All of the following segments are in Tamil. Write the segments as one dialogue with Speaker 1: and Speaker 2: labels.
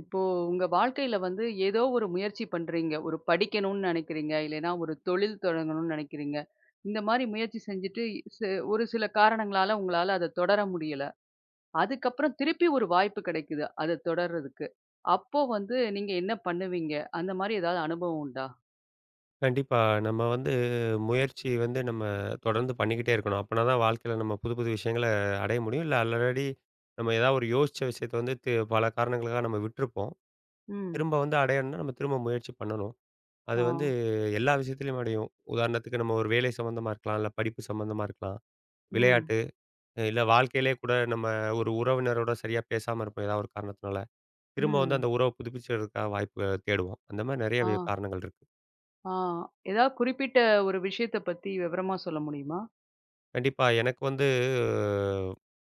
Speaker 1: இப்போ உங்க வாழ்க்கையில வந்து ஏதோ ஒரு முயற்சி பண்றீங்க. ஒரு படிக்கணும்னு நெனைக்கிறீங்க. இல்லைன்னா ஒரு தொழில் தொடங்கணும்னு நெனைக்கிறீங்க. இந்த மாரி முயற்சி செஞ்சுட்டு சி ஒரு சில காரணங்களால உங்களால அத தொடர முடியல. அதுக்கப்புறம் திருப்பி ஒரு வாய்ப்பு கிடைக்குது. அத தொடர்றதுக்கு. அப்போ வந்து நீங்க என்ன பண்ணுவீங்க? அந்த மாரி ஏதாவது அனுபவம் உண்டா?
Speaker 2: கண்டிப்பா. நம்ம வந்து முயற்சி வந்து நம்ம தொடர்ந்து பண்ணிக்கிட்டே இருக்கணும். அப்பனா தான் வாழ்க்கையில நம்ம புது, புது விஷயங்கள அடைய முடியும். இல்ல ஆல்ரெடி நம்ம ஏதாவது ஒரு யோசிச்ச விஷயத்த வந்து பல காரணங்களுக்காக நம்ம விட்டுருப்போம்.
Speaker 1: ம்.
Speaker 2: திரும்ப வந்து அடையணும்னா நம்ம திரும்ப முயற்சி பண்ணணும். அது
Speaker 1: ஆ.
Speaker 2: வந்து எல்லா விஷயத்திலயும் அடையும். உதாரணத்துக்கு நம்ம ஒரு வேலை சம்மந்தமா இருக்கலாம், இல்ல படிப்பு சம்மந்தமா இருக்கலாம்,
Speaker 1: ம்.
Speaker 2: விளையாட்டு, இல்ல வாழ்க்கையிலே கூட நம்ம ஒரு உறவினரோட சரியா பேசாம இருப்போம் ஏதாவது ஒரு காரணத்தினால. திரும்ப வந்து
Speaker 1: ம்.
Speaker 2: அந்த உறவ புதுப்பிச்சறதுக்காக வாய்ப்பு தேடுவோம். அந்த மாரி நெறைய
Speaker 1: ஆ,
Speaker 2: காரணங்கள் இருக்கு.
Speaker 1: ஆ. ஏதாவது குறிப்பிட்ட ஒரு விஷயத்த பத்தி விவரமா சொல்ல முடியுமா?
Speaker 2: கண்டிப்பா. எனக்கு வந்து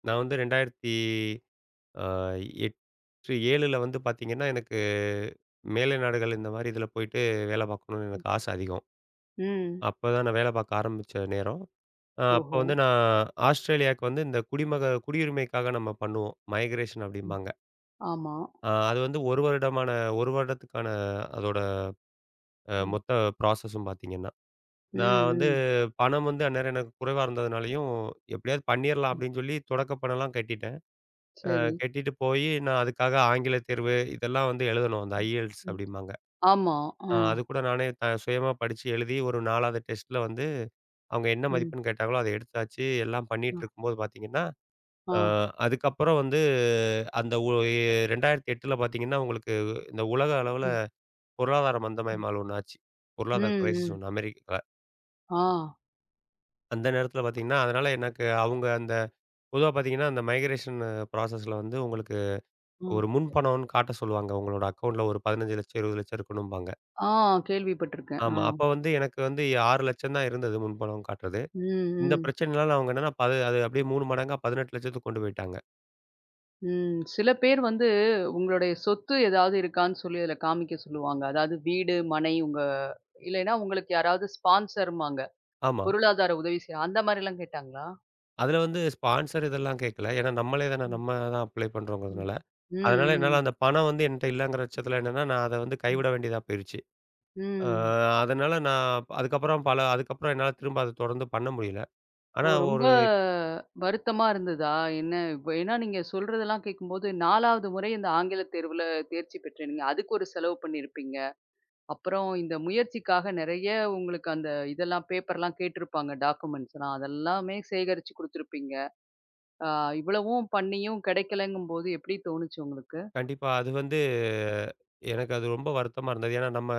Speaker 2: நான் வந்து 2000 அ 8, 7ல வந்து பார்த்தீங்கன்னா, எனக்கு மேலை நாடுகள் இந்த மாரி இதில போயிட்டு வேலை பார்க்கணும்னு எனக்கு ஆசை அதிகம்.
Speaker 1: ம்.
Speaker 2: அப்பதான் நான் வேலை பார்க்க ஆரம்பிச்ச நேரம். அப்போ
Speaker 1: ஓஹோ!
Speaker 2: வந்து நான் ஆஸ்திரேலியாவுக்கு வந்து இந்த குடியுரிமைக்காக நம்ம பண்ணுவோம். மைக்ரேஷன்
Speaker 1: ம்.
Speaker 2: அப்படிம்பாங்க.
Speaker 1: ஆமா.
Speaker 2: அது வந்து 1 வருடமான 1 வருடத்துக்கான அதோட
Speaker 1: ம்.
Speaker 2: மொத்த ப்ராசஸும் பார்த்தீங்கன்னா. நான் வந்து
Speaker 1: ம்.
Speaker 2: பணம் வந்து அந்நேரம் எனக்கு குறைவா இருந்ததுனாலயும், "எப்படியாவது பண்ணிறலாம்"
Speaker 1: ம்.
Speaker 2: அப்படின்னு சொல்லி தொடக்க பணம்லாம் கட்டிட்டேன்.
Speaker 1: சரி.
Speaker 2: கட்டிட்டு போயி, நான் அதுக்காக ஆங்கில தேர்வு இதெல்லாம் வந்து எழுதணும். அந்த
Speaker 1: ம்,
Speaker 2: IELTS
Speaker 1: ம்.
Speaker 2: அப்படிம்பாங்க.
Speaker 1: ஆமா. ஆ.
Speaker 2: அது கூட நானே சுயமா படிச்சு எழுதி ஒரு 4வது டெஸ்ட்ல வந்து அவங்க என்ன
Speaker 1: ம்.
Speaker 2: மதிப்பெண் கேட்டாங்களோ அத எடுத்தாச்சு. எல்லாம்
Speaker 1: அ.
Speaker 2: பண்ணிட்டு இருக்கும்போது பார்த்தீங்கன்னா,
Speaker 1: ஆ.
Speaker 2: அ அதுக்கப்புறம் வந்து அந்த ஒ எ 2008ல பார்த்தீங்கன்னா, உங்களுக்கு இந்த உலக அளவுல
Speaker 1: ம்.
Speaker 2: பொருளாதார
Speaker 1: ம்.
Speaker 2: மந்தமயமால் ஒண்ணு ஆச்சு.
Speaker 1: ம்.
Speaker 2: பொருளாதார கிரைசிஸ்
Speaker 1: ம்.
Speaker 2: ஒண்ணு அமெரிக்கால.
Speaker 1: ஆ.
Speaker 2: அந்த நேரத்தில பார்த்தீங்கன்னா, அதனால எனக்கு அவங்க அந்த பொதுவா பார்த்தீங்கன்னா, அந்த மைக்ரேஷன் ப்ராசஸ்ல வந்து உங்களுக்கு
Speaker 1: ஆ.
Speaker 2: ஒரு முன் பணம்னு காட்ட சொல்லுவாங்க. உங்களோட அக்கவுண்ட்ல ஒரு 15,00,000 20,00,000 இருக்கணும்பாங்க.
Speaker 1: ஆ கேள்விப்பட்டுருக்கேன்.
Speaker 2: ஆமா.
Speaker 1: ஆ.
Speaker 2: அப்ப வந்து எனக்கு வந்து 6,00,000 தான் இருந்தது முன் பணம் காட்டுறது.
Speaker 1: ம்.
Speaker 2: இந்த
Speaker 1: ம்.
Speaker 2: பிரச்சனைனால அவங்க என்னன்னா அது அப்படியே 3 மடங்கா 18,00,000த்துக்கு கொண்டு போயிட்டாங்க.
Speaker 1: ம். சில பேர் வந்து உங்களுடைய சொத்து ஏதாவது இருக்கான்னு சொல்லி அதில காமிக்க சொல்லுவாங்க. அதாவது வீடு, மனை உங்க இல்லைன்னா உங்களுக்கு யாராவது ஸ்பான்சர்ம்பாங்க.
Speaker 2: ஆமா.
Speaker 1: பொருளாதார உதவி செய்ய அந்த மாரிலாம் கேட்டாங்களா?
Speaker 2: அதுல வந்து ஸ்பான்சர் இதெல்லாம் கேட்கல. ஏன்னா நம்மளே தானே
Speaker 1: ம்.
Speaker 2: நம்ம தான் அப்ளை
Speaker 1: ம்.
Speaker 2: பண்றோங்கிறதுனால.
Speaker 1: ம்.
Speaker 2: அதனால
Speaker 1: ம்.
Speaker 2: என்னால அந்த பணம் வந்து என்ட்ட இல்லங்கிற பட்சத்துல என்னன்னா, நான் அத வந்து கைவிட
Speaker 1: ம்.
Speaker 2: வேண்டியதா போயிருச்சு. ஆ
Speaker 1: ம்.
Speaker 2: அதனால நான் அதுக்கப்புறம் என்னால திரும்ப அத தொடர்ந்து பண்ண முடியல. ஆனா
Speaker 1: ஓ! ரொம்ப
Speaker 2: ஒரு
Speaker 1: வருத்தமா இருந்ததா? என்ன இப்ப ஏன்னா நீங்க சொல்றதெல்லாம் கேட்கும்போது 4வது முறை இந்த ஆங்கில தேர்வுல தேர்ச்சி பெற்றீங்க. அதுக்கு ஒரு செலவு பண்ணியிருப்பீங்க. அப்புறம் இந்த முயற்சிக்காக நெறைய உங்களுக்கு அந்த இதெல்லாம் பேப்பர்லாம் கேட்டிருப்பாங்க டாக்குமெண்ட்ஸ்லாம். அதெல்லாமே சேகரிச்சு குடுத்துருப்பீங்க. ஆ இவ்வளவும் பண்ணியும் கிடைக்கலங்கும்போது எப்படி தோணுச்சு உங்களுக்கு?
Speaker 2: கண்டிப்பா. அது வந்து எனக்கு அது ரொம்ப வருத்தமா இருந்தது. ஏன்னா நம்ம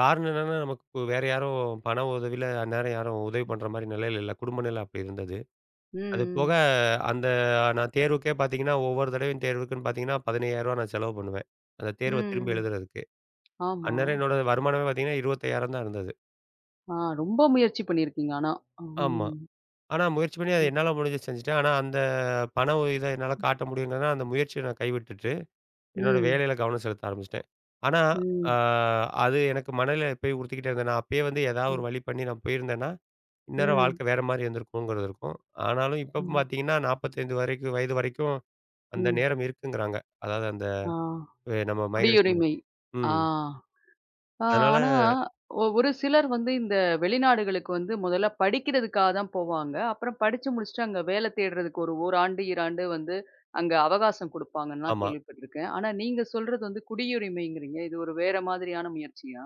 Speaker 2: காரணம் என்னன்னா, நமக்கு இப்போ வேற யாரும் பண உதவியில அந்நேரம் யாரும் உதவி பண்ற மாரி நிலையில இல்ல. குடும்ப நிலை அப்படி இருந்தது.
Speaker 1: ம்,
Speaker 2: அது போக
Speaker 1: ம்.
Speaker 2: அந்த நான் தேர்வுக்கே பார்த்தீங்கன்னா, ஒவ்வொரு தடவையும் தேர்வுக்குன்னு பார்த்தீங்கன்னா, ரூ. 15,000 நான் செலவு பண்ணுவேன். அந்த தேர்வ திரும்பி
Speaker 1: ம்.
Speaker 2: எழுதுறதுக்கு.
Speaker 1: ஆமா.
Speaker 2: அந்நேரம் என்னோட வருமானமே பார்த்தீங்கன்னா, 25,000 தான் இருந்தது.
Speaker 1: ஆ ரொம்ப முயற்சி பண்ணியிருக்கீங்க ஆனா.
Speaker 2: ஆமா.
Speaker 1: ம்.
Speaker 2: ஆனா முயற்சி பண்ணி அது
Speaker 1: ம்.
Speaker 2: என்னால முடிஞ்சத செஞ்சுட்டேன். ஆனா அந்த பண உதவி இத என்னால காட்ட முடியும்ங்கன்னா, அந்த முயற்சிய நான் கைவிட்டுட்டேன். என்னோட
Speaker 1: ம்.
Speaker 2: வேலையில கவனம் செலுத்த ஆரம்பிச்சுட்டேன். ஆனா, அ
Speaker 1: ம்.
Speaker 2: அது எனக்கு மனநிலை எப்பயும் உறுத்திக்கிட்டே இருந்தேன். நான் அப்பயே வந்து ஏதாவது ஒரு
Speaker 1: ம்.
Speaker 2: வழி பண்ணி நான் போயிருந்தேன்னா, இந்நேரம்
Speaker 1: ம்.
Speaker 2: வாழ்க்கை வேற மாரி இருந்திருக்குங்கிறது இருக்கும். ஆனாலும் இப்பவும்
Speaker 1: ம்.
Speaker 2: பார்த்தீங்கன்னா, 45 வரைக்கும் வயது வரைக்கும் அந்த
Speaker 1: ம்.
Speaker 2: நேரம் இருக்குங்கிறாங்க. அதாவது அந்த
Speaker 1: ஆ.
Speaker 2: நம்ம மைக்ரேஷன் பண்ணி
Speaker 1: குடியுரிமை. ஆ.
Speaker 2: ம்.
Speaker 1: ஆ
Speaker 2: அதனால
Speaker 1: ஆனா, ஒரு சிலர் வந்து இந்த வெளிநாடுகளுக்கு வந்து முதல்ல படிக்கிறதுக்காக தான் போவாங்க. அப்புறம் படிச்சு முடிச்சுட்டு அங்க வேலை தேடுறதுக்கு ஒரு ஓராண்டு, 2 வந்து அங்க அவகாசம் குடுப்பாங்கன்லாம்
Speaker 2: ஆமா.
Speaker 1: கேள்விப்பட்டுருக்கேன். ஆனா நீங்க சொல்றது வந்து குடியுரிமைங்கிறீங்க. இது ஒரு வேற மாதிரியான முயற்சியா?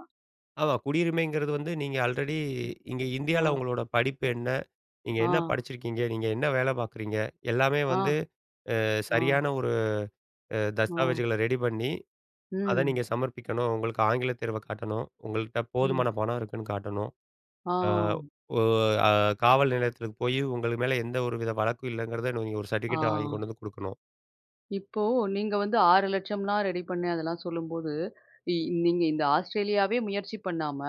Speaker 2: ஆமா. குடியுரிமைங்கிறது வந்து நீங்க ஆல்ரெடி
Speaker 1: ம்.
Speaker 2: இங்க
Speaker 1: ஆ,
Speaker 2: இந்தியால உங்களோட படிப்பு என்ன? நீங்க
Speaker 1: ஆ,
Speaker 2: என்ன படிச்சிருக்கீங்க? நீங்க என்ன வேலை பார்க்குறீங்க? எல்லாமே
Speaker 1: ஆ,
Speaker 2: வந்து
Speaker 1: ஆ,
Speaker 2: சரியான ஒரு
Speaker 1: ஆ.
Speaker 2: தஸ்தாவேஜுகள ரெடி பண்ணி அத
Speaker 1: ம்,
Speaker 2: நீங்க சமர்ப்பிக்கணும். உங்களுக்கு ஆங்கில தேர்வ காட்டணும். உங்கள்ட்ட
Speaker 1: ம்.
Speaker 2: போதுமான பணம் இருக்குன்னு காட்டணும்.
Speaker 1: ஆ,
Speaker 2: ஆ ஒ அ காவல் நிலையத்துக்கு போயி உங்கள் மேல எந்த ஒரு வித வழக்கும் இல்லங்கிறத நீங்க ஒரு
Speaker 1: ஆ.
Speaker 2: சர்டிஃபிகேட்ட வாங்கி கொண்டு வந்து குடுக்கணும்.
Speaker 1: இப்போ நீங்க வந்து 6,00,000லாம் ரெடி பண்ணேன் அதெல்லாம் சொல்லும்போது, இ நீங்க இந்த ஆஸ்ட்ரேலியாவே முயற்சி பண்ணாம,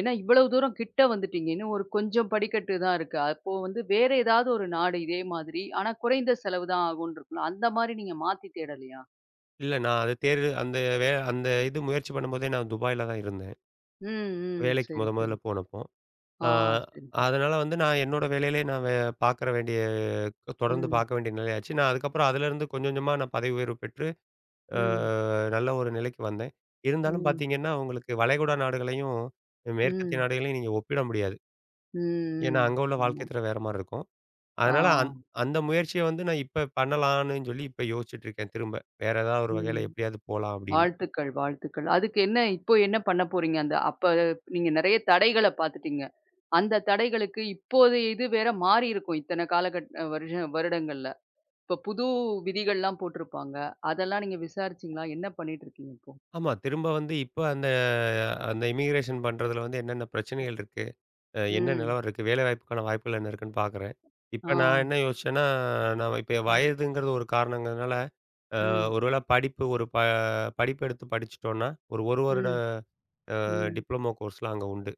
Speaker 1: ஏன்னா இவ்வளவு தூரம் கிட்ட வந்துட்டீங்க. இன்னும் ஒரு கொஞ்சம் படிக்கட்டு தான் இருக்கு. அப்போ வந்து வேற ஏதாவது ஒரு நாடு இதே மாதிரி, ஆனா குறைந்த செலவு தான் ஆகும்னு இருக்கும்ல. அந்த மாரி நீங்க மாத்தி தேடலையா?
Speaker 2: இல்ல நான் அது தேர்வு அந்த அந்த இது முயற்சி பண்ணும்போதே நான் துபாயில தான் இருந்தேன்.
Speaker 1: ம், ம்.
Speaker 2: வேலைக்கு
Speaker 1: சரி,
Speaker 2: முதல்ல
Speaker 1: சரி.
Speaker 2: போனப்போ. ஆ
Speaker 1: ஆ சரி, சரி.
Speaker 2: அதனால வந்து நான் என்னோட வேலையிலேயே நான் பார்க்கற வேண்டிய தொடர்ந்து
Speaker 1: ம்,
Speaker 2: பார்க்க வேண்டிய நிலை ஆச்சு. நான் அதுக்கப்புறம் அதுலேருந்து கொஞ்சம் கொஞ்சமா நான் பதவி உயர்வு பெற்று அ
Speaker 1: ம்,
Speaker 2: நல்ல ஒரு நிலைக்கு வந்தேன். இருந்தாலும்
Speaker 1: ம்,
Speaker 2: பார்த்தீங்கன்னா, உங்களுக்கு வளைகுடா நாடுகளையும், மேற்கத்திய
Speaker 1: ம்,
Speaker 2: நாடுகளையும் நீங்க ஒப்பிட முடியாது. ஏன்னா,
Speaker 1: ம், ம்.
Speaker 2: அங்க உள்ள வாழ்க்கை
Speaker 1: ஆமா.
Speaker 2: தரம் வேற மாரி இருக்கும்.
Speaker 1: ஆ,
Speaker 2: அதனால அந்த முயற்சிய வந்து நான் இப்ப பண்ணலான்னு சொல்லி இப்ப யோசிச்சுட்டு இருக்கேன் திரும்ப. வேற ஏதாவது ஒரு
Speaker 1: ம்.
Speaker 2: வகையில எப்படியாவது போலாம் அப்படின்னு.
Speaker 1: வாழ்த்துக்கள், வாழ்த்துக்கள். அதுக்கு என்ன இப்போ என்ன பண்ண போறீங்க? அந்த அப்ப நீங்க நெறைய தடைகள பாத்துட்டீங்க. அந்த தடைகளுக்கு இப்போதைய இது வேற மாறி இருக்கும். இத்தன காலகட் அ வருஷ வருடங்கள்ல. இப்ப புது விதிகள்லாம் போட்டிருப்பாங்க. அதெல்லாம் நீங்க விசாரிச்சீங்களா? என்ன பண்ணிட்டு இருக்கீங்க இப்போ?
Speaker 2: ஆமா, திரும்ப வந்து இப்ப அந்த அந்த இமிகிரேஷன் பண்றதுல வந்து என்னென்ன பிரச்சனைகள் இருக்கு? என்ன
Speaker 1: ம்.
Speaker 2: நிலவரம் இருக்கு? வேலைவாய்ப்புக்கான வாய்ப்புகள் என்ன இருக்குன்னு பார்க்குறேன்.
Speaker 1: ஆ.
Speaker 2: இப்ப நான் என்ன யோசிச்சேன்னா, நான் இப்ப என்
Speaker 1: ம்.
Speaker 2: வயதுங்கிறது ஒரு காரணங்கிறதுனால அ
Speaker 1: ம்.
Speaker 2: ஒருவேள படிப்பு ஒரு படிப்பு எடுத்து படிச்சுட்டோம்னா, ஒரு 1 வருட
Speaker 1: ம். ம்.
Speaker 2: டிப்ளமோ கோர்ஸ்லாம் அங்க உண்டு.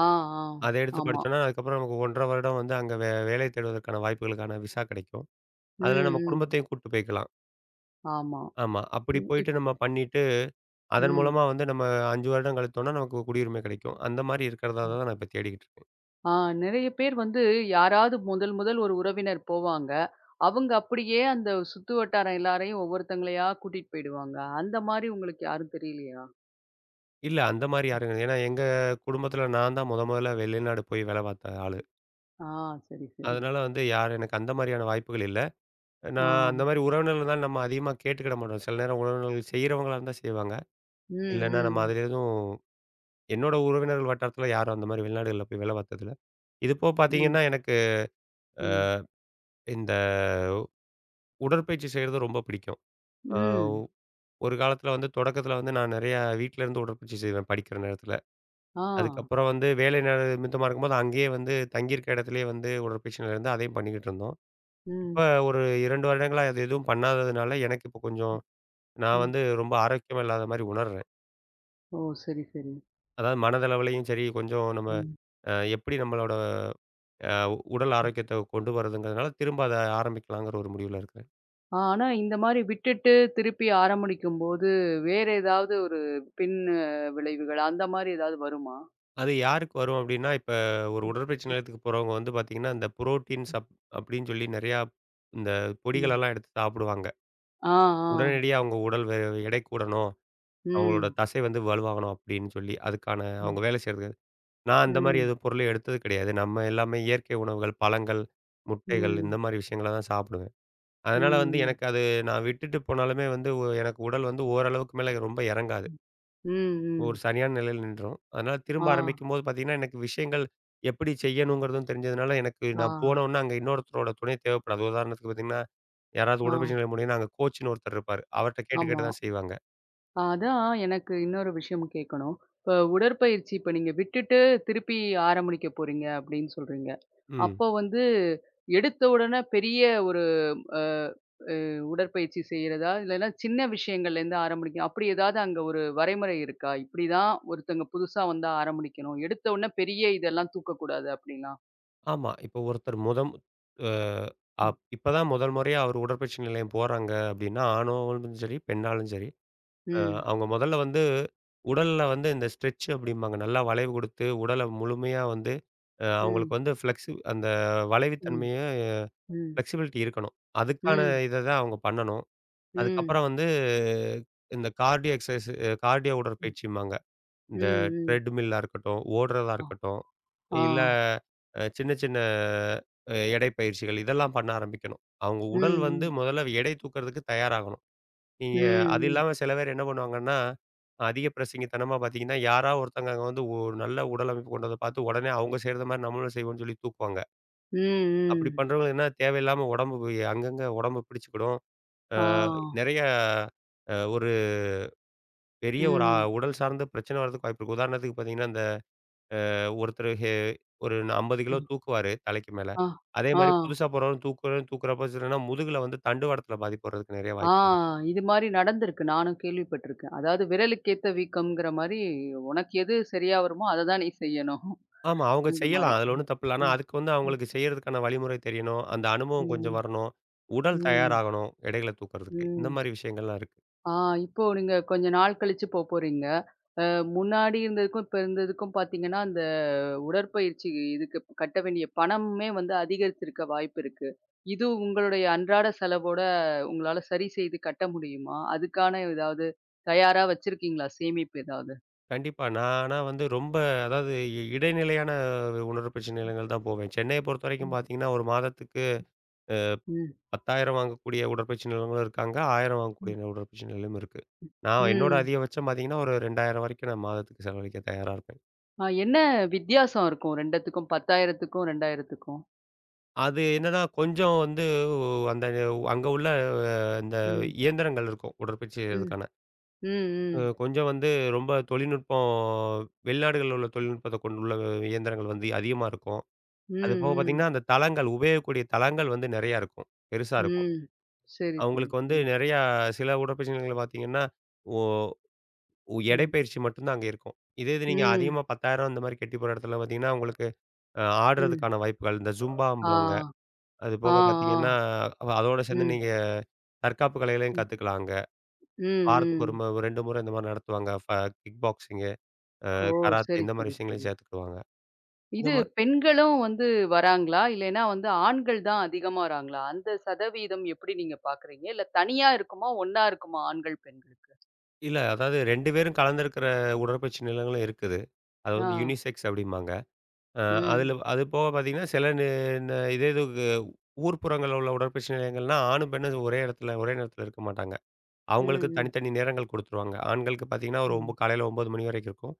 Speaker 1: ஆ, ஆ.
Speaker 2: அத எடுத்து
Speaker 1: ஆமா.
Speaker 2: படிச்சோம்னா, அதுக்கப்புறம் நமக்கு 1 1/2 வருடம் வந்து அங்க வேலை தேடுவதற்கான வாய்ப்புகளுக்கான விசா கிடைக்கும்.
Speaker 1: ம்,
Speaker 2: அதுல நம்ம
Speaker 1: ம்.
Speaker 2: குடும்பத்தையும் கூட்டு போய்க்கலாம்.
Speaker 1: ஆமா.
Speaker 2: ஆமா. அப்படி
Speaker 1: ம்.
Speaker 2: போயிட்டு நம்ம பண்ணிட்டு, அதன்
Speaker 1: ம்.
Speaker 2: மூலமா வந்து நம்ம 5 வருடம் கழித்தோம்னா, நமக்கு குடியுரிமை கிடைக்கும். அந்த மாரி இருக்கிறதா
Speaker 1: அ.
Speaker 2: தான் நான் இப்ப தேடிக்கிட்டு இருக்கேன்.
Speaker 1: ஆ நெறைய பேர் வந்து யாராவது முதல் முதல் ஒரு உறவினர் போவாங்க. அவங்க அப்படியே அந்த சுத்து வட்டாரம் எல்லாரையும் ஒவ்வொருத்தங்களையா கூட்டிட்டு போயிடுவாங்க. அந்த மாரி உங்களுக்கு யாரும் தெரியலையா?
Speaker 2: இல்ல அந்த மாரி யாரும் கிடையாது. ஏன்னா எங்க குடும்பத்துல நான் தான் முதல்ல வெளிநாடு போய் வேல பார்த்த ஆளு.
Speaker 1: ஆ சரி, சரி.
Speaker 2: அதனால வந்து யாரும் எனக்கு அந்த மாரியான வாய்ப்புகள் இல்ல.
Speaker 1: ஆ.
Speaker 2: நான் அந்த மாரி உறவினர்கள் இருந்தாலும் நம்ம அதிகமா கேட்டுக்கிட மாட்டோம். சில நேரம் உறவினர்கள் செய்றவங்களா இருந்தா செய்வாங்க.
Speaker 1: ம்,
Speaker 2: இல்லன்னா நம்ம
Speaker 1: ம்.
Speaker 2: அதுல எதுவும் என்னோட உறவினர்கள் வட்டாரத்துல யாரும் அந்த மாரி வெளிநாடுகள்ல போய் வேல பார்த்தது இல்ல. இது போக
Speaker 1: ம்,
Speaker 2: பார்த்தீங்கன்னா, எனக்கு
Speaker 1: ம்,
Speaker 2: இந்த உடற்பயிற்சி செய்றது ரொம்ப பிடிக்கும். ஆ
Speaker 1: ம்.
Speaker 2: ஒரு காலத்துல வந்து தொடக்கத்துல வந்து நான் நெறையா வீட்ல இருந்து உடற்பயிற்சி செய்வேன் படிக்கிற நேரத்துல.
Speaker 1: ஆ.
Speaker 2: அதுக்கப்புறம் வந்து வேலை நேர நிமித்தமா இருக்கும்போது அங்கேயே வந்து தங்கியிருக்க இடத்துலயே வந்து உடற்பயிற்சி நிலையம் அதையும் பண்ணிக்கிட்டு இருந்தோம். இப்ப
Speaker 1: ம்,
Speaker 2: ஒரு 2 வருடங்களா அது எதுவும் பண்ணாததுனால எனக்கு இப்ப கொஞ்சம் நான்
Speaker 1: ம்.
Speaker 2: வந்து ரொம்ப ஆரோக்கியமா இல்லாத மாரி உணர்றேன்.
Speaker 1: ஓ! சரி, சரி.
Speaker 2: அதாவது மனதளவுலயும் சரி, கொஞ்சம் நம்ம
Speaker 1: ம்,
Speaker 2: எப்படி நம்மளோட அ உடல்
Speaker 1: ம்.
Speaker 2: ஆரோக்கியத்த கொண்டு வரதுங்கிறதுனால, திரும்ப அத ஆரம்பிக்கலாங்கிற ஒரு முடிவுல இருக்கிறேன்.
Speaker 1: ஆ, ஆனா இந்த மாரி விட்டுட்டு திருப்பி ஆரம்பிக்கும்போது, வேற ஏதாவது ஒரு பின் விளைவுகள் அந்த மாரி ஏதாவது வருமா?
Speaker 2: அது யாருக்கு வரும் அப்படின்னா, இப்ப ஒரு
Speaker 1: ம்,
Speaker 2: உடற்பயிற்சி நிலையத்துக்கு போறவங்க வந்து பார்த்தீங்கன்னா, இந்த புரோட்டீன் சப் அப்படின்னு சொல்லி நெறையா இந்த
Speaker 1: ம்.
Speaker 2: பொடிகளெல்லாம் எடுத்து சாப்பிடுவாங்க.
Speaker 1: ஆ, ஆ.
Speaker 2: உடனடியா அவங்க உடல் எடை கூடணும், அவங்களோட
Speaker 1: ம்,
Speaker 2: தசை வந்து வலுவாகணும் அப்படின்னு சொல்லி, அதுக்கான
Speaker 1: ம்,
Speaker 2: அவங்க வேலை செய்றது. நான் அந்த மாரி
Speaker 1: ம்,
Speaker 2: எதுவும் பொருளும் எடுத்தது கிடையாது. நம்ம எல்லாமே இயற்கை உணவுகள், பழங்கள், முட்டைகள் இந்த
Speaker 1: ம்,
Speaker 2: மாரி விஷயங்கள தான் சாப்பிடுவேன். அதனால வந்து
Speaker 1: ம்,
Speaker 2: எனக்கு அது நான் விட்டுட்டு போனாலுமே வந்து எனக்கு உடல் வந்து ஓரளவுக்கு மேல ரொம்ப இறங்காது.
Speaker 1: ம்,
Speaker 2: ஒரு
Speaker 1: ம்.
Speaker 2: சரியான நிலையில நின்றும். அதனால
Speaker 1: ஆ,
Speaker 2: திரும்ப ஆரம்பிக்கும்போது பார்த்தீங்கன்னா, எனக்கு விஷயங்கள் எப்படி செய்யணுங்கிறதும் தெரிஞ்சதுனால, எனக்கு
Speaker 1: ஆ,
Speaker 2: நான் போனோனே அங்க இன்னொருத்தரோட துணை தேவைப்படாது. உதாரணத்துக்கு பார்த்தீங்கன்னா, யாராவது
Speaker 1: ஆ.
Speaker 2: உடற்பயிற்சி நிலையம் முடியும்னா அங்க கோச்சுன்னு ஒருத்தர் இருப்பாரு. அவர்ட்ட கேட்டு
Speaker 1: ஆமா.
Speaker 2: கேட்டு தான் செய்வாங்க.
Speaker 1: அதான் எனக்கு இன்னொரு விஷயம் கேட்கணும். இப்ப உடற்பயிற்சி இப்ப நீங்க விட்டுட்டு திருப்பி ஆரம்பிக்க போறீங்க அப்படின்னு சொல்றீங்க.
Speaker 2: ம்.
Speaker 1: அப்போ வந்து எடுத்த உடனே பெரிய ஒரு அ அ உடற்பயிற்சி செய்றதா? இல்லைன்னா சின்ன விஷயங்கள்லேருந்து ஆரம்பிக்கும். அப்படி ஏதாவது அங்க ஒரு வரைமுறை இருக்கா? இப்படிதான் ஒருத்தங்க புதுசா வந்தா ஆரம்பிக்கணும். எடுத்த உடனே பெரிய இதெல்லாம் தூக்கக்கூடாது அப்படின்னா?
Speaker 2: ஆமா. இப்போ ஒருத்தர் முதம் அ
Speaker 1: ம்.
Speaker 2: அப் இப்ப தான் முதல் முறையா அவர் உடற்பயிற்சி நிலையம் போறாங்க அப்படின்னா, ஆணாலும் சரி, பெண்ணாலும் சரி அ
Speaker 1: ம்.
Speaker 2: அவங்க முதல்ல வந்து உடல்ல வந்து இந்த ஸ்ட்ரெச் அப்படிம்பாங்க. நல்லா வளைவு கொடுத்து உடல முழுமையா வந்து
Speaker 1: ம்.
Speaker 2: அவங்களுக்கு வந்து அந்த
Speaker 1: ம்.
Speaker 2: வளைவுத்தன்மைய
Speaker 1: ம்.
Speaker 2: ஃப்ளெக்சிபிலிட்டி இருக்கணும். அதுக்கான
Speaker 1: ம்.
Speaker 2: இத தான் அவங்க பண்ணணும்.
Speaker 1: ம்.
Speaker 2: அதுக்கப்புறம் வந்து இந்த கார்டியோ எக்ஸர்சைஸ் கார்டியோ
Speaker 1: ம்.
Speaker 2: உடற்பயிற்சிம்பாங்க.
Speaker 1: ம்.
Speaker 2: இந்த
Speaker 1: ம்.
Speaker 2: ட்ரெட்மில்லா இருக்கட்டும், ஓடுறதா
Speaker 1: ஆ.
Speaker 2: இருக்கட்டும்,
Speaker 1: ஆ.
Speaker 2: இல்ல சின்ன சின்ன எடை பயிற்சிகள் இதெல்லாம் பண்ண ஆரம்பிக்கணும். அவங்க உடல் வந்து
Speaker 1: ம்.
Speaker 2: முதல்ல எடை தூக்குறதுக்கு தயாராகணும். நீங்க
Speaker 1: ம்.
Speaker 2: அது
Speaker 1: ம்.
Speaker 2: இல்லாம சில பேர் என்ன பண்ணுவாங்கன்னா, அதிக பிரசங்கித்தனமா பார்த்தீங்கன்னா, யாரா ஒருத்தங்க அங்க வந்து ஒரு நல்ல உடல் அமைப்பு கொண்டத பார்த்து உடனே அவங்க செய்ற மாரி நம்மளும் செய்வோம்னு சொல்லி தூக்குவாங்க.
Speaker 1: ம்,
Speaker 2: அப்படி
Speaker 1: ம்.
Speaker 2: பண்றவங்க என்ன தேவையில்லாம உடம்பு போய் அங்கங்க உடம்பு பிடிச்சுக்கிடும். அ
Speaker 1: ஆ.
Speaker 2: நெறைய ஒரு பெரிய ஒரு
Speaker 1: ம்.
Speaker 2: உடல் சார்ந்த பிரச்சனை வர்றதுக்கு வாய்ப்பு இருக்கு. உதாரணத்துக்கு பார்த்தீங்கன்னா, இந்த ஒருத்தர் ஒரு 50 கிலோ
Speaker 1: ம்.
Speaker 2: தூக்குவாரு தலைக்கு மேல.
Speaker 1: ஆ.
Speaker 2: அதே
Speaker 1: ஆ.
Speaker 2: மாரி புதுசா போறவரும் தூக்குறவரும் தூக்குறப்ப பார்த்தீங்கன்னா, முதுகுல வந்து தண்டுவாடத்தில பாதிப்பு வர்றதுக்கு நெறைய
Speaker 1: ஆ.
Speaker 2: வாய்ப்பு.
Speaker 1: இது மாரி நடந்திருக்கு. நானும் கேள்விப்பட்டிருக்கேன். அதாவது விரலுக்கேத்த வீக்கம்ங்கிற மாரி, உனக்கு எது சரியா வருமோ, அத தான் நீ செய்யணும்.
Speaker 2: ஆமா. அவங்க
Speaker 1: அந்த
Speaker 2: செய்யலாம்.
Speaker 1: மாரி.
Speaker 2: அதுல
Speaker 1: ம்.
Speaker 2: ஒண்ணும் தப்பு இல்ல. ஆனா,
Speaker 1: ம்.
Speaker 2: அதுக்கு வந்து
Speaker 1: ம்.
Speaker 2: அவங்களுக்கு செய்யறதுக்கான வழிமுறை தெரியணும். அந்த அனுபவம் கொஞ்சம்
Speaker 1: ம்.
Speaker 2: வரணும். உடல்
Speaker 1: ம்.
Speaker 2: தயாராகணும், எடைகள தூக்குறதுக்கு. இந்த
Speaker 1: ம்.
Speaker 2: மாரி விஷயங்கள்லாம் இருக்கு.
Speaker 1: ஆ இப்போ நீங்க கொஞ்ச நாள் கழிச்சு போறீங்க. அ முன்னாடி இருந்ததுக்கும், இப்ப இருந்ததுக்கும் பார்த்தீங்கன்னா, அந்த உடற்பயிற்சி இதுக்கு கட்ட வேண்டிய பணமுமே வந்து அதிகரித்திருக்க வாய்ப்பு இருக்கு. இது உங்களுடைய அன்றாட செலவோட உங்களால சரி செய்து கட்ட முடியுமா? அதுக்கான ஏதாவது தயாரா வச்சிருக்கீங்களா சேமிப்பு ஏதாவது?
Speaker 2: கண்டிப்பா. நான் ஆனா வந்து ரொம்ப அதாவது இடைநிலையான உடற்பயிற்சி நிலையங்கள் தான் போவேன். சென்னைய பொறுத்தவரைக்கும்
Speaker 1: ம்.
Speaker 2: பார்த்தீங்கன்னா, ஒரு மாதத்துக்கு
Speaker 1: ம்.
Speaker 2: 10,000 வாங்கக்கூடிய உடற்பயிற்சி நிலையங்களும் இருக்காங்க. 1,000 வாங்கக்கூடிய
Speaker 1: ம்.
Speaker 2: உடற்பயிற்சி நிலையமும் இருக்கு. நான் என்னோட
Speaker 1: ம்.
Speaker 2: அதிகபட்சம் பார்த்தீங்கன்னா, ஒரு 2,000 வரைக்கும் நான் மாதத்துக்கு செலவழிக்க தயாரா இருப்பேன்.
Speaker 1: ஆ என்ன வித்தியாசம் இருக்கும் 2த்துக்கும் 10,000த்துக்கும் 2,000த்துக்கும்?
Speaker 2: அது என்னன்னா, கொஞ்சம் வந்து அந்த அங்க உள்ள இந்த
Speaker 1: ம்.
Speaker 2: இயந்திரங்கள் இருக்கும். உடற்பயிற்சி
Speaker 1: ம்.
Speaker 2: செய்றதுக்கான.
Speaker 1: ம். ம்.
Speaker 2: கொஞ்சம் வந்து ரொம்ப தொழில்நுட்பம் வெளிநாடுகள்ல உள்ள தொழில்நுட்பத்த கொண்டுள்ள இயந்திரங்கள் வந்து அதிகமா இருக்கும்.
Speaker 1: ம்.
Speaker 2: அது போக
Speaker 1: ம்.
Speaker 2: பார்த்தீங்கன்னா, அந்த தளங்கள் உபயோகிக்கக்கூடிய தளங்கள் வந்து நெறையா இருக்கும். பெருசா இருக்கும்.
Speaker 1: ம். சரி, சரி,
Speaker 2: அவங்களுக்கு வந்து
Speaker 1: சரி.
Speaker 2: நெறையா சில உடற்பயிற்சி நிலையங்கள்ல பார்த்தீங்கன்னா, ஒ
Speaker 1: ம்.
Speaker 2: எடைப்பயிற்சி மட்டும்தான் அங்க இருக்கும். இதே இது நீங்க
Speaker 1: ம்.
Speaker 2: அதிகமா 10,000 இந்த மாரி கட்டி போற இடத்துல பார்த்தீங்கன்னா, உங்களுக்கு
Speaker 1: ம்.
Speaker 2: ஆடுறதுக்கான வாய்ப்புகள், இந்த
Speaker 1: ஆ.
Speaker 2: ஜும்பாம்பாங்க. அது
Speaker 1: ஆ,
Speaker 2: போக
Speaker 1: ஆ.
Speaker 2: பார்த்தீங்கன்னா, அதோட சேர்ந்து
Speaker 1: ம்.
Speaker 2: நீங்க தற்காப்பு கலைகளையும்
Speaker 1: ம்.
Speaker 2: கத்துக்கலாம் அங்க.
Speaker 1: ம்.
Speaker 2: வாரத்துக்கு
Speaker 1: ம்.
Speaker 2: ஒரு 2 முறை இந்த மாரி நடத்துவாங்க. கிக் பாக்ஸிங்கு,
Speaker 1: ஓ!
Speaker 2: கராத்தே
Speaker 1: சரி,
Speaker 2: இந்த மாரி
Speaker 1: சரி,
Speaker 2: விஷயங்களையும்
Speaker 1: சரி.
Speaker 2: சேர்த்துக்குடுவாங்க. இந்த
Speaker 1: இது
Speaker 2: மாரி
Speaker 1: பெண்களும் வந்து வராங்களா? இல்லைன்னா வந்து ஆண்கள் தான் அதிகமா வராங்களா? அந்த சதவீதம் எப்படி நீங்க பார்க்குறீங்க? இல்ல தனியா இருக்குமா? ஒண்ணா இருக்குமா? ஆண்கள், பெண்களுக்கு?
Speaker 2: இல்ல அதாவது 2 பேரும் கலந்திருக்கிற உடற்பயிற்சி நிலையங்களும் இருக்குது. அது
Speaker 1: ஆ.
Speaker 2: வந்து யுனிசெக்ஸ் அப்டிம்பாங்க. அ
Speaker 1: ம்.
Speaker 2: அதில அது போக பார்த்தீங்கன்னா, சில நி ந இதே இது ஊர்ப்புறங்கள்ல உள்ள உடற்பயிற்சி நிலையங்கள்னா, ஆணும், பெண்ணும் ஒரே இடத்துல ஒரே நேரத்தில இருக்க மாட்டாங்க.
Speaker 1: ம்.
Speaker 2: அவங்களுக்கு
Speaker 1: ம்.
Speaker 2: தனித்தனி நேரங்கள் குடுத்துருவாங்க. ஆண்களுக்கு பார்த்தீங்கன்னா, ஒரு
Speaker 1: ம்.
Speaker 2: காலையில 9 மணி வரைக்கும் இருக்கும்.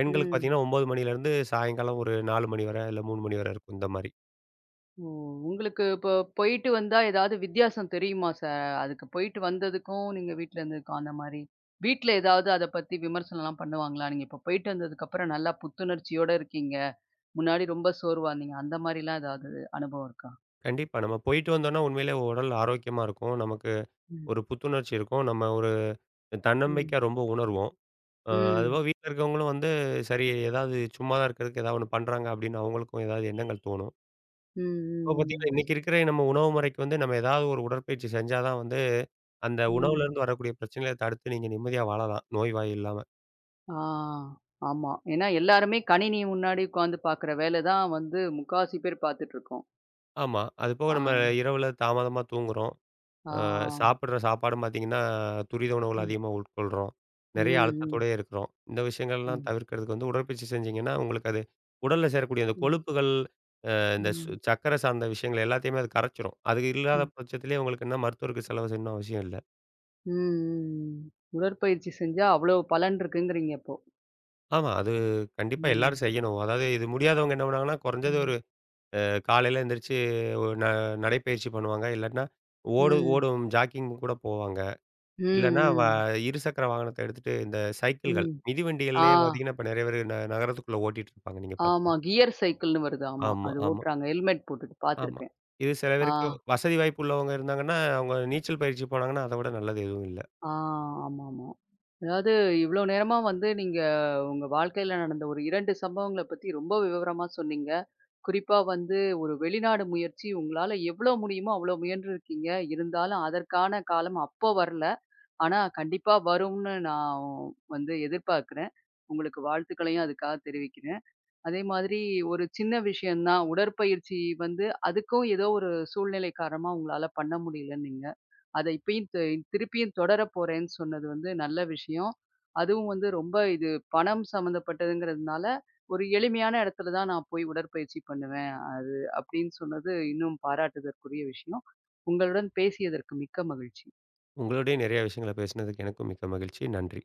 Speaker 2: பெண்களுக்கு
Speaker 1: ம்.
Speaker 2: பார்த்தீங்கன்னா, 9 மணிலேருந்து சாயங்காலம் ஒரு 4 மணி வரை, இல்ல 3 மணி வரை இருக்கும் இந்த மாரி.
Speaker 1: ஓ! உங்களுக்கு இப்போ போயிட்டு வந்தா ஏதாவது வித்தியாசம் தெரியுமா அதுக்கு போயிட்டு வந்ததுக்கும், நீங்க வீட்ல இருந்ததுக்கும் அந்த மாரி? வீட்ல ஏதாவது அத பத்தி விமர்சனம்லாம் பண்ணுவாங்களா? நீங்க இப்போ போயிட்டு வந்ததுக்கப்புறம் நல்லா புத்துணர்ச்சியோட இருக்கீங்க. முன்னாடி ரொம்ப சோர்வா இருந்தீங்க. அந்த மாரிலாம் ஏதாவது அனுபவம் இருக்கா?
Speaker 2: கண்டிப்பா. நம்ம போயிட்டு வந்தோம்னா, உண்மையிலே உடல் ஆரோக்கியமா இருக்கும். நமக்கு
Speaker 1: ம்.
Speaker 2: ஒரு புத்துணர்ச்சி இருக்கும். நம்ம ஒரு
Speaker 1: ம்.
Speaker 2: தன்னம்பிக்கை ரொம்ப உணர்வோம்.
Speaker 1: ம்.
Speaker 2: அதுபோக வீட்ல இருக்கவங்களும் வந்து, சரி ஏதாவது சும்மா தான் இருக்கிறதுக்கு ஏதாவது ஒண்ணு பண்றாங்க அப்படின்னு அவங்களுக்கும் ஏதாவது எண்ணங்கள் தோணும்.
Speaker 1: ம்,
Speaker 2: இப்போ பார்த்தீங்கன்னா,
Speaker 1: ம்,
Speaker 2: இன்னைக்கு இருக்கிற நம்ம உணவு முறைக்கு வந்து நம்ம ஏதாவது ஒரு உடற்பயிற்சி செஞ்சா தான் வந்து, அந்த
Speaker 1: ம்.
Speaker 2: உணவுலேருந்து வரக்கூடிய பிரச்சனைகள தடுத்து நீங்க நிம்மதியா வாழலாம். நோய்வாய் இல்லாம.
Speaker 1: ஆ, ஆமா. ஏன்னா எல்லாருமே கணினி முன்னாடி உட்காந்து பார்க்குற வேல தான் வந்து முக்காவாசி பேர் பார்த்துட்டுருக்கோம்.
Speaker 2: ஆமா. அதுபோக
Speaker 1: ஆ,
Speaker 2: நம்ம இரவுல தாமதமா தூங்குறோம். அ
Speaker 1: ஆ.
Speaker 2: சாப்பிடுற சாப்பாடும் பார்த்தீங்கன்னா, துரித உணவுகள்
Speaker 1: ம்,
Speaker 2: அதிகமா உட்கொள்றோம்.
Speaker 1: ம்,
Speaker 2: நெறைய
Speaker 1: ம்,
Speaker 2: அழுத்தத்தோடயே இருக்கிறோம். இந்த விஷயங்கள்லாம்
Speaker 1: ம்,
Speaker 2: தவிர்க்கிறதுக்கு வந்து உடற்பயிற்சி செஞ்சீங்கன்னா, உங்களுக்கு அது உடல்ல சேரக்கூடிய அந்த
Speaker 1: ம்,
Speaker 2: கொழுப்புகள், அ இந்த சு
Speaker 1: ம்,
Speaker 2: சர்க்கரை சார்ந்த விஷயங்கள் எல்லாத்தையுமே அது கரைச்சிரும். அது இல்லாத
Speaker 1: ம்,
Speaker 2: பட்சத்திலயே உங்களுக்கு என்ன மருத்துவருக்கு செலவு செய்யணும்னு அவசியம் இல்ல.
Speaker 1: ம். உடற்பயிற்சி செஞ்சா அவ்வளோ பலன் இருக்குங்கிறீங்க அப்போ.
Speaker 2: ஆமா, அது கண்டிப்பா
Speaker 1: ம்,
Speaker 2: எல்லாரும் செய்யணும். அதாவது இது முடியாதவங்க என்ன பண்ணுவாங்கன்னா, குறைஞ்சது ஒரு
Speaker 1: ம்,
Speaker 2: அ காலையில எந்திரிச்சு ஒரு நடைப்பயிற்சி பண்ணுவாங்க. இல்லாட்டினா
Speaker 1: ம்,
Speaker 2: ஓடும் ஜாக்கிங் கூட போவாங்க.
Speaker 1: ம்,
Speaker 2: இல்லன்னா,
Speaker 1: ம்,
Speaker 2: இருசக்கர வாகனத்த எடுத்துட்டு இந்த சைக்கிள்கள்,
Speaker 1: ம். ஆ,
Speaker 2: மிதிவண்டிகள்லயே பார்த்தீங்கன்னா, இப்ப நெறைய பேரு நகரத்துக்குள்ள ஓட்டிட்டு இருப்பாங்க. நீங்க
Speaker 1: ஆமா.
Speaker 2: பார்த்தீங்க
Speaker 1: கியர் சைக்கிள்ன்னு வருது. ஆமா.
Speaker 2: ஆமா,
Speaker 1: அது
Speaker 2: ஆமா,
Speaker 1: ஓட்டுறாங்க. ஹெல்மெட் போட்டுட்டு
Speaker 2: ஆமா.
Speaker 1: பார்த்துருக்கேன்.
Speaker 2: இது சில
Speaker 1: ஆ.
Speaker 2: பேருக்கு வசதி வாய்ப்பு உள்ளவங்க இருந்தாங்கன்னா, அவங்க நீச்சல் பயிற்சி போனாங்கன்னா, அத விட நல்லது எதுவும் இல்ல.
Speaker 1: ஆ, ஆமாமா. அதாவது இவ்வளோ நேரமா வந்து நீங்க உங்க வாழ்க்கையில நடந்த ஒரு 2 சம்பவங்கள பத்தி ரொம்ப விவரமா சொன்னீங்க. குறிப்பா வந்து ஒரு வெளிநாடு முயற்சி உங்களால எவ்வளோ முடியுமோ அவ்வளோ முயன்றிருக்கீங்க. இருந்தாலும் அதற்கான காலம் அப்ப வரல. ஆனா கண்டிப்பா வரும்னு நான் வந்து எதிர்பார்க்கிறேன். உங்களுக்கு வாழ்த்துக்களையும் அதுக்காக தெரிவிக்கிறேன். அதே மாதிரி ஒரு சின்ன விஷயம் தான். உடற்பயிற்சி வந்து அதுக்கும் ஏதோ ஒரு சூழ்நிலை காரணமா உங்களால பண்ண முடியலன்னீங்க. அத இப்பயும் திருப்பியும் தொடரப் போறேன்னு சொன்னது வந்து நல்ல விஷயம். அதுவும் வந்து ரொம்ப இது பணம் சம்மந்தப்பட்டதுங்கிறதுனால, ஒரு எளிமையான இடத்துல தான் நான் போய் உடற்பயிற்சி பண்ணுவேன். அது அப்படின்னு சொன்னது இன்னும் பாராட்டுதற்குரிய விஷயம். உங்களுடன் பேசியதற்கு மிக்க மகிழ்ச்சி.
Speaker 2: உங்களோடயே நெறைய விஷயங்கள பேசினதுக்கு எனக்கும் மிக்க மகிழ்ச்சி. நன்றி.